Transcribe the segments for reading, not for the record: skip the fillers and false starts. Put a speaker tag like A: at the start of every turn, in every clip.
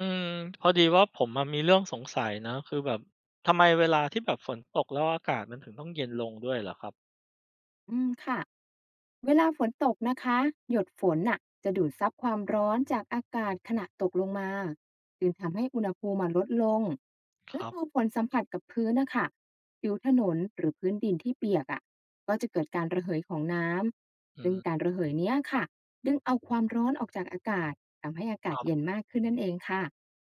A: อืมพอดีว่าผมอะมีเรื่องสงสัยนะคือแบบทำไมเวลาที่แบบฝนตกแล้วอากาศมันถึงต้องเย็นลงด้วยเหรอครับ
B: ค่ะเวลาฝนตกนะคะหยดฝนน่ะจะดูดซับความร้อนจากอากาศขณะตกลงมาจึงทำให้อุณหภูมิมันลดลง
A: ค
B: และ
A: รั
B: พ
A: บ
B: อฝนสัมผัสกับพื้นนะคะผิวถนนหรือพื้นดินที่เปียกอ่ะก็จะเกิดการระเหยของน้
A: อื
B: ำซึ่ง
A: ม
B: การระเหยเนี้ยค่ะดึงเอาความร้อนออกจากอากาศทำให้อา
A: ค
B: กาศ
A: รั
B: เย็
A: บ
B: นมากขึ้นนั่นเองค่ะ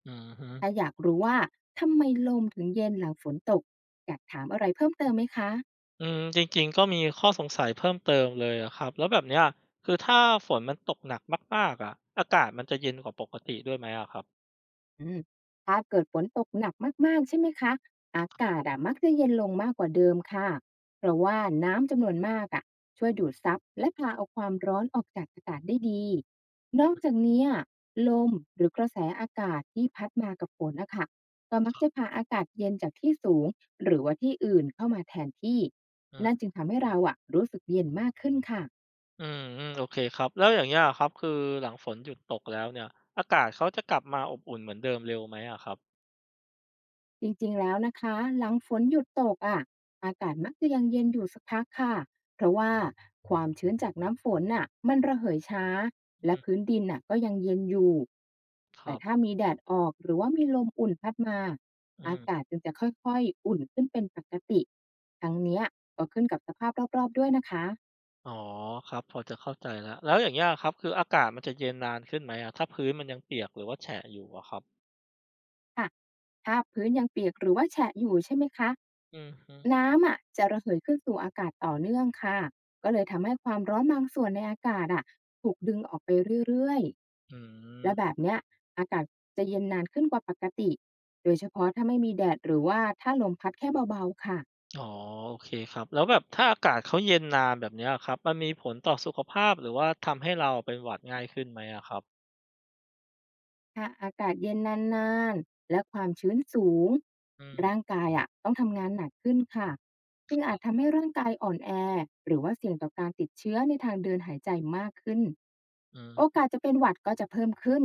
A: อืมฮึ
B: ถ้าอยากรู้ว่าทำไมลมถึงเย็นหลังฝนตกอยากถามอะไรเพิ่มเติมไหมคะ
A: อืมจริงๆก็มีข้อสงสัยเพิ่มเติมเลยอะครับแล้วแบบเนี้ยคือถ้าฝนมันตกหนักมากๆอะอากาศมันจะเย็นกว่าปกติด้วยไหมอะครับ
B: อืมถ้าเกิดฝนตกหนักมากๆใช่ไหมคะอากาศอะมักจะเย็นลงมากกว่าเดิมค่ะเพราะว่าน้ำจำนวนมากอะช่วยดูดซับและพาเอาความร้อนออกจากอากาศได้ดีนอกจากนี้อะลมหรือกระแสอากาศที่พัดมากับฝนนะคะก็มักจะพาอากาศเย็นจากที่สูงหรือว่าที่อื่นเข้ามาแทนที่
A: อืม
B: นั่นจึงทำให้เราอะรู้สึกเย็นมากขึ้นค่ะ
A: อืมอืมโอเคครับแล้วอย่างเงี้ยครับคือหลังฝนหยุดตกแล้วเนี่ยอากาศเขาจะกลับมาอบอุ่นเหมือนเดิมเร็วไหมอะครับ
B: จริงๆแล้วนะคะ หลังฝนหยุดตกอ่ะอากาศมักจะยังเย็นอยู่สักพักค่ะ เพราะว่าความชื้นจากน้ำฝนน่ะมันระเหยช้า และ
A: อื
B: พื้
A: ม
B: นดินน่ะก็ยังเย็นอยู่
A: ค
B: แต่
A: รับ
B: ถ้ามีแดดออกหรือว่ามีลมอุ่นพัดมา
A: อื
B: อากา
A: ม
B: ศจึงจะค่อยๆ อุ่นขึ้นเป็นปกติ ทั้งเนี้ยก็ขึ้นกับสภาพรอบๆด้วยนะคะ
A: อ๋อครับพอจะเข้าใจแล้วแล้วอย่างเงี้ยครับคืออากาศมันจะเย็นนานขึ้นไหมอะถ้าพื้นมันยังเปียกหรือว่าแฉะอยู่อะครับ
B: ค่ะถ้าพื้นยังเปียกหรือว่าแฉะอยู่ใช่ไหมคะ
A: อือฮึ
B: น้ำอะจะระเหยขึ้นสู่อากาศต่อเนื่องค่ะก็เลยทำให้ความร้อนบางส่วนในอากาศอะถูกดึงออกไปเรื่อย
A: อื
B: ๆและแบ
A: ม
B: บเนี้ยอากาศจะเย็นนานขึ้นกว่าปกติโดยเฉพาะถ้าไม่มีแดดหรือว่าถ้าลมพัดแค่เบาๆค่ะ
A: อ๋อโอเคครับแล้วแบบถ้าอากาศเขาเย็นนานแบบเนี้ยครับมันมีผลต่อสุขภาพหรือว่าทำให้เราเป็นหวัดง่ายขึ้นไหมอะครับ
B: ถ้าอากาศเย็นนานๆและความชื้นสูง
A: อืม
B: ร่างกายอะต้องทำงานหนักขึ้นค่ะซึ่งอาจทำให้ร่างกายอ่อนแอ หรือว่าเสี่ยงต่อการติดเชื้อในทางเดินหายใจมากขึ้น
A: อื
B: โอ
A: ม
B: กาสจะเป็นหวัดก็จะเพิ่มขึ้น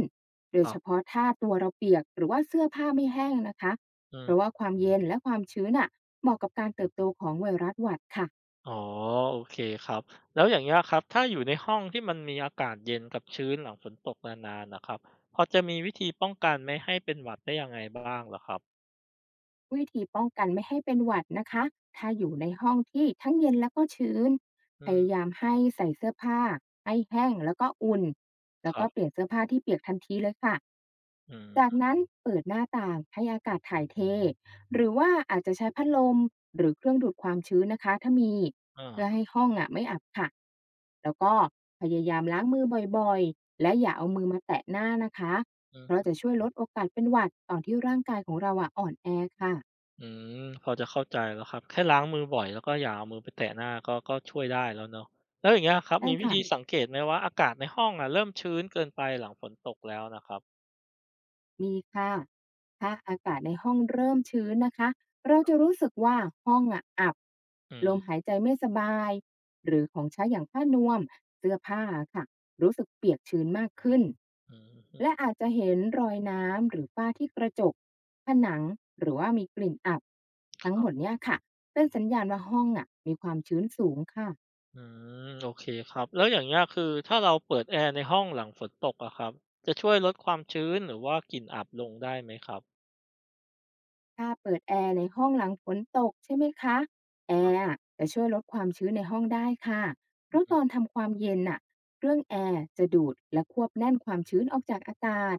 B: โด
A: ค
B: ย
A: รั
B: เฉ
A: บ
B: พาะถ้าตัวเราเปียกหรือว่าเสื้อผ้าไม่แห้งนะคะ
A: อื
B: เพราะ
A: ม
B: ว่าความเย็นและความชื้นอะเหมาะกับการเติบโตของไวรัสหวัดค่ะ
A: อ๋อโอเคครับแล้วอย่างเงี้ยครับถ้าอยู่ในห้องที่มันมีอากาศเย็นกับชื้นหลังฝนตกนานๆน่ะครับพอจะมีวิธีป้องกันไม่ให้เป็นหวัดได้ยังไงบ้างเหรอครับ
B: วิธีป้องกันไม่ให้เป็นหวัดนะคะ ถ้าอยู่ในห้องที่ทั้งเย็นแล้วก็ชื้นพ
A: อืม
B: ยายามให้ใส่เสื้อผ้าให้แห้งแล้วก็อุ่นแล้
A: ค
B: ว
A: รั
B: ก็เป
A: บ
B: ลี่ยนเสื้อผ้าที่เปียกทันทีเลยค่ะ
A: อืม
B: จากนั้นเปิดหน้าต่างให้อากาศถ่ายเทหรือว่าอาจจะใช้พัดลมหรือเครื่องดูดความชื้นนะคะถ้ามี เพื่อ
A: อา
B: ให้ห้องอ่ะไม่อับค่ะแล้วก็พยายามล้างมือบ่อยๆและอย่าเอามือมาแตะหน้านะคะ
A: อื
B: เพราะ
A: อ
B: จะช่วยลดโอกาสเป็นหวัดตอนที่ร่างกายของเราอ่ะอ่อนแอค่ะ
A: อืมพอจะเข้าใจแล้วครับแค่ล้างมือบ่อยแล้วก็อย่าเอามือไปแตะหน้าก็ช่วยได้แล้วเนาะแล้วอย่างเงี้ยครับ
B: ได้
A: มีวิธี
B: ค่ะ
A: สังเกตไหมว่าอากาศในห้องอะเริ่มชื้นเกินไปหลังฝนตกแล้วน่ะครับ
B: มีค่ะถ้าอากาศในห้องเริ่มชื้นนะคะเราจะรู้สึกว่าห้องอะอับ
A: อื
B: ลม
A: ม
B: หายใจไม่สบาย หรือของใช้อย่างผ้านวม เสื้อผ้าค่ะ รู้สึกเปียกชื้นมากขึ้น
A: อืมอื
B: และอาจจะเห็นรอยน้ำหรือฝ้าที่กระจกผนังหรือว่ามีกลิ่นอับ
A: อ
B: ทั้
A: ค
B: ง
A: รั
B: หม
A: บ
B: ดเนี่ยค่ะ เป็นสัญญาณว่าห้องอะมีความชื้นสูงค่ะ
A: อืมโอเคครับแล้วอย่างเงี้ยคือถ้าเราเปิดแอร์ในห้องหลังฝนตกอะครับจะช่วยลดความชื้นหรือว่ากลิ่นอับลงได้ไหมครับ
B: ถ้าเปิดแอร์ในห้องหลังฝนตกใช่ไหมคะแอร์อะจะช่วยลดความชื้นในห้องได้ค่ะเพราะ
A: อื
B: ตอ
A: อ
B: นทำความเย็นน่ะเครื่องแอร์จะดูดและควบแน่นความชื้นออกจากอากาศ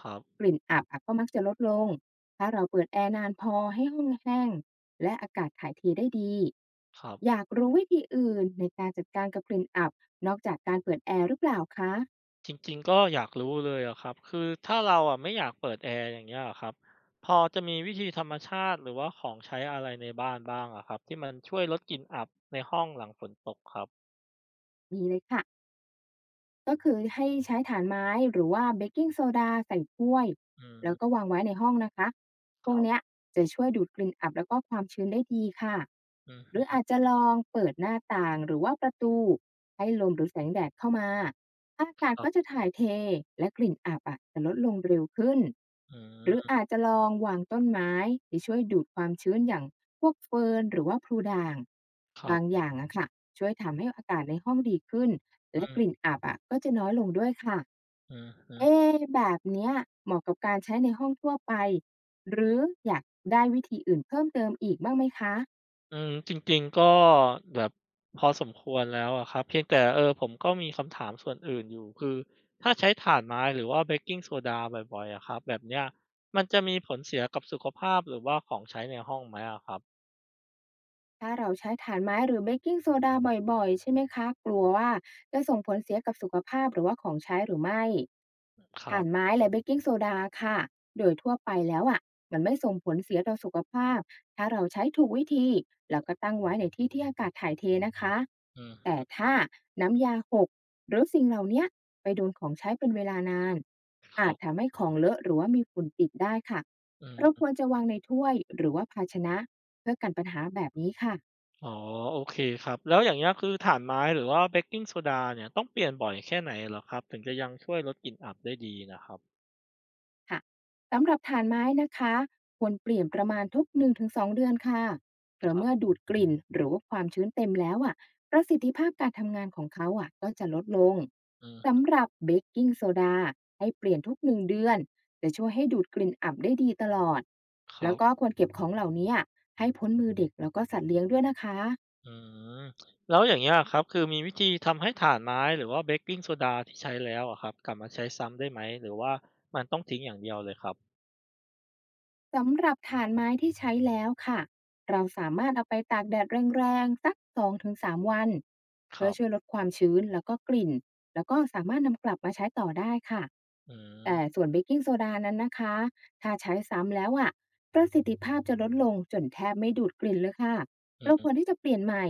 A: ครับ
B: กลิ่นอับอะก็มักจะลดลงถ้าเราเปิดแอร์นานพอให้ห้องแห้งและอากาศถ่ายเทได้ดี
A: ครับ
B: อยากรู้วิธีอื่นในการจัดการกับกลิ่นอับนอกจากการเปิดแอร์หรือเปล่าคะ
A: จริงๆก็อยากรู้เลยอะครับ คือถ้าเราอะไม่อยากเปิดแอร์อย่างเงี้ยอะครับพอจะมีวิธีธรรมชาติหรือว่าของใช้อะไรในบ้านบ้างอะครับที่มันช่วยลดกลิ่นอับในห้องหลังฝนตกครับ
B: มีเลยค่ะ ก็คือให้ใช้ฐานไม้หรือว่าเบกกิงโซดาใส่ถ้วย
A: อื
B: แล้วก็
A: ม
B: วางไว้ในห้องนะคะพ
A: ค
B: วก
A: รั
B: เนี้
A: บ
B: ยจะช่วยดูดกลิ่นอับแล้วก็ความชื้นได้ดีค่ะ
A: อือ
B: หรือ
A: ฮึ
B: อาจจะลองเปิดหน้าต่างหรือว่าประตูให้ลมหรือแสงแดดเข้ามาอากาศ
A: ครั
B: ก็จะ
A: บ
B: ถ่ายเทและกลิ่นอับอะจะลดลงเร็วขึ้น
A: อื
B: หรือ
A: ม
B: อาจจะลองวางต้นไม้ที่ช่วยดูดความชื้นอย่างพวกเฟิร์นหรือว่าพลูด่าง
A: ครั
B: บางอ
A: บ
B: ย่างอะค่ะช่วยทำให้อากาศในห้องดีขึ้น
A: อื
B: และก
A: ม
B: ลิ่นอับอะก็จะน้อยลงด้วยค่ะ
A: อือฮึ
B: เอ๊ะแบบเนี้ยเหมาะกับการใช้ในห้องทั่วไป หรืออยากได้วิธีอื่นเพิ่มเติมอีกบ้างไหมคะ
A: อืมจริงๆก็แบบพอสมควรแล้วอะครับเพียงแต่ผมก็มีคำถามส่วนอื่นอยู่คือถ้าใช้ถ่านไม้หรือว่าเบกกิงโซดาบ่อยๆอะครับแบบเนี้ยมันจะมีผลเสียกับสุขภาพหรือว่าของใช้ในห้องไหมอะครับ
B: ถ้าเราใช้ถ่านไม้หรือเบกกิงโซดาบ่อยๆใช่ไหมคะกลัวว่าจะส่งผลเสียกับสุขภาพหรือว่าของใช้หรือไม่
A: ครั
B: ถ่าน
A: บ
B: ไม้และเบกกิงโซดาค่ะโดยทั่วไปแล้วอ่ะมันไม่ส่งผลเสียต่อสุขภาพถ้าเราใช้ถูกวิธีแล้วก็ตั้งไว้ในที่ที่อากาศถ่ายเทนะคะ
A: อื
B: แต่
A: ม
B: ถ้าน้ำยาหกหรือสิ่งเหล่าเนี้ยไปโดนของใช้เป็นเวลานาน
A: ค
B: อา
A: รั
B: จ
A: บ
B: ทำให้ของเลอะหรือว่ามีฝุ่นติดได้ค่ะ
A: อื
B: เรา
A: ม
B: ควรจะวางในถ้วยหรือว่าภาชนะ เพื่อกันปัญหาแบบนี้ค่ะ
A: อ๋อโอเคครับแล้วอย่างเงี้ยคือถ่านไม้หรือว่าเบกกิงโซดาเนี่ยต้องเปลี่ยนบ่อยแค่ไหนเหรอครับถึงจะยังช่วยลดกลิ่นอับได้ดีน่ะครับ
B: ค่ะสำหรับฐานไม้นะคะควรเปลี่ยนประมาณทุก1-2เดือนค่ะเพ
A: ค
B: ราะ
A: รั
B: เมื่อ
A: บ
B: ดูดกลิ่นหรือว่าความชื้นเต็มแล้วอ่ะประสิทธิภาพการทำงานของเขาอ่ะก็จะลดลง
A: อืม
B: สำหรับเบกกิ้งโซดาให้เปลี่ยนทุก1เดือนจะช่วยให้ดูดกลิ่นอับได้ดีตลอด
A: ครั
B: แล้ว
A: บ
B: ก็ควรเก็บของเหล่านี้อะให้พ้นมือเด็กแล้วก็สัตว์เลี้ยงด้วยนะคะ
A: อืมแล้วอย่างเงี้ยครับคือมีวิธีทำให้ถ่านไม้หรือว่าเบกกิงโซดาที่ใช้แล้วอะครับกลับมาใช้ซ้ำได้ไหมหรือว่ามันต้องทิ้งอย่างเดียวเลยครับ
B: สำหรับฐานไม้ที่ใช้แล้วค่ะเราสามารถเอาไปตากแดดแรงๆสัก2-3วัน
A: ค
B: เพื่
A: รั
B: อช่วยล
A: บ
B: ดความชื้นแล้วก็กลิ่นแล้วก็สามารถนำกลับมาใช้ต่อได้ค่ะ
A: อื
B: แต่
A: ม
B: ส่วนเบกกิ้งโซดานั้นนะคะถ้าใช้ซ้ำแล้วอะ่ะประสิทธิภาพจะลดลงจนแทบไม่ดูดกลิ่นเลยค่ะ
A: อื
B: เราควร
A: ม
B: ที่จะเปลี่ยนใหม่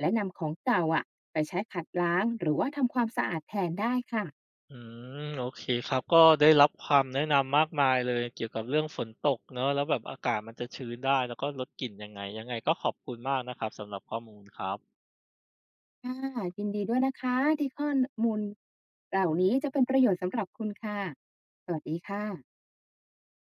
B: และนำของเก่าอ่ะไปใช้ขัดล้างหรือว่าทำความสะอาดแทนได้ค่ะ
A: อืมโอเคครับก็ได้รับความแนะนำมากมายเลยเกี่ยวกับเรื่องฝนตกเนอะแล้วแบบอากาศมันจะชื้นได้แล้วก็ลดกลิ่นยังไงยังไงก็ขอบคุณมากนะครับสำหรับข้อมูลครับ
B: ค่ะยินดีด้วยนะคะที่ข้อมูลเหล่านี้จะเป็นประโยชน์สำหรับคุณค่ะสวัสดีค่ะ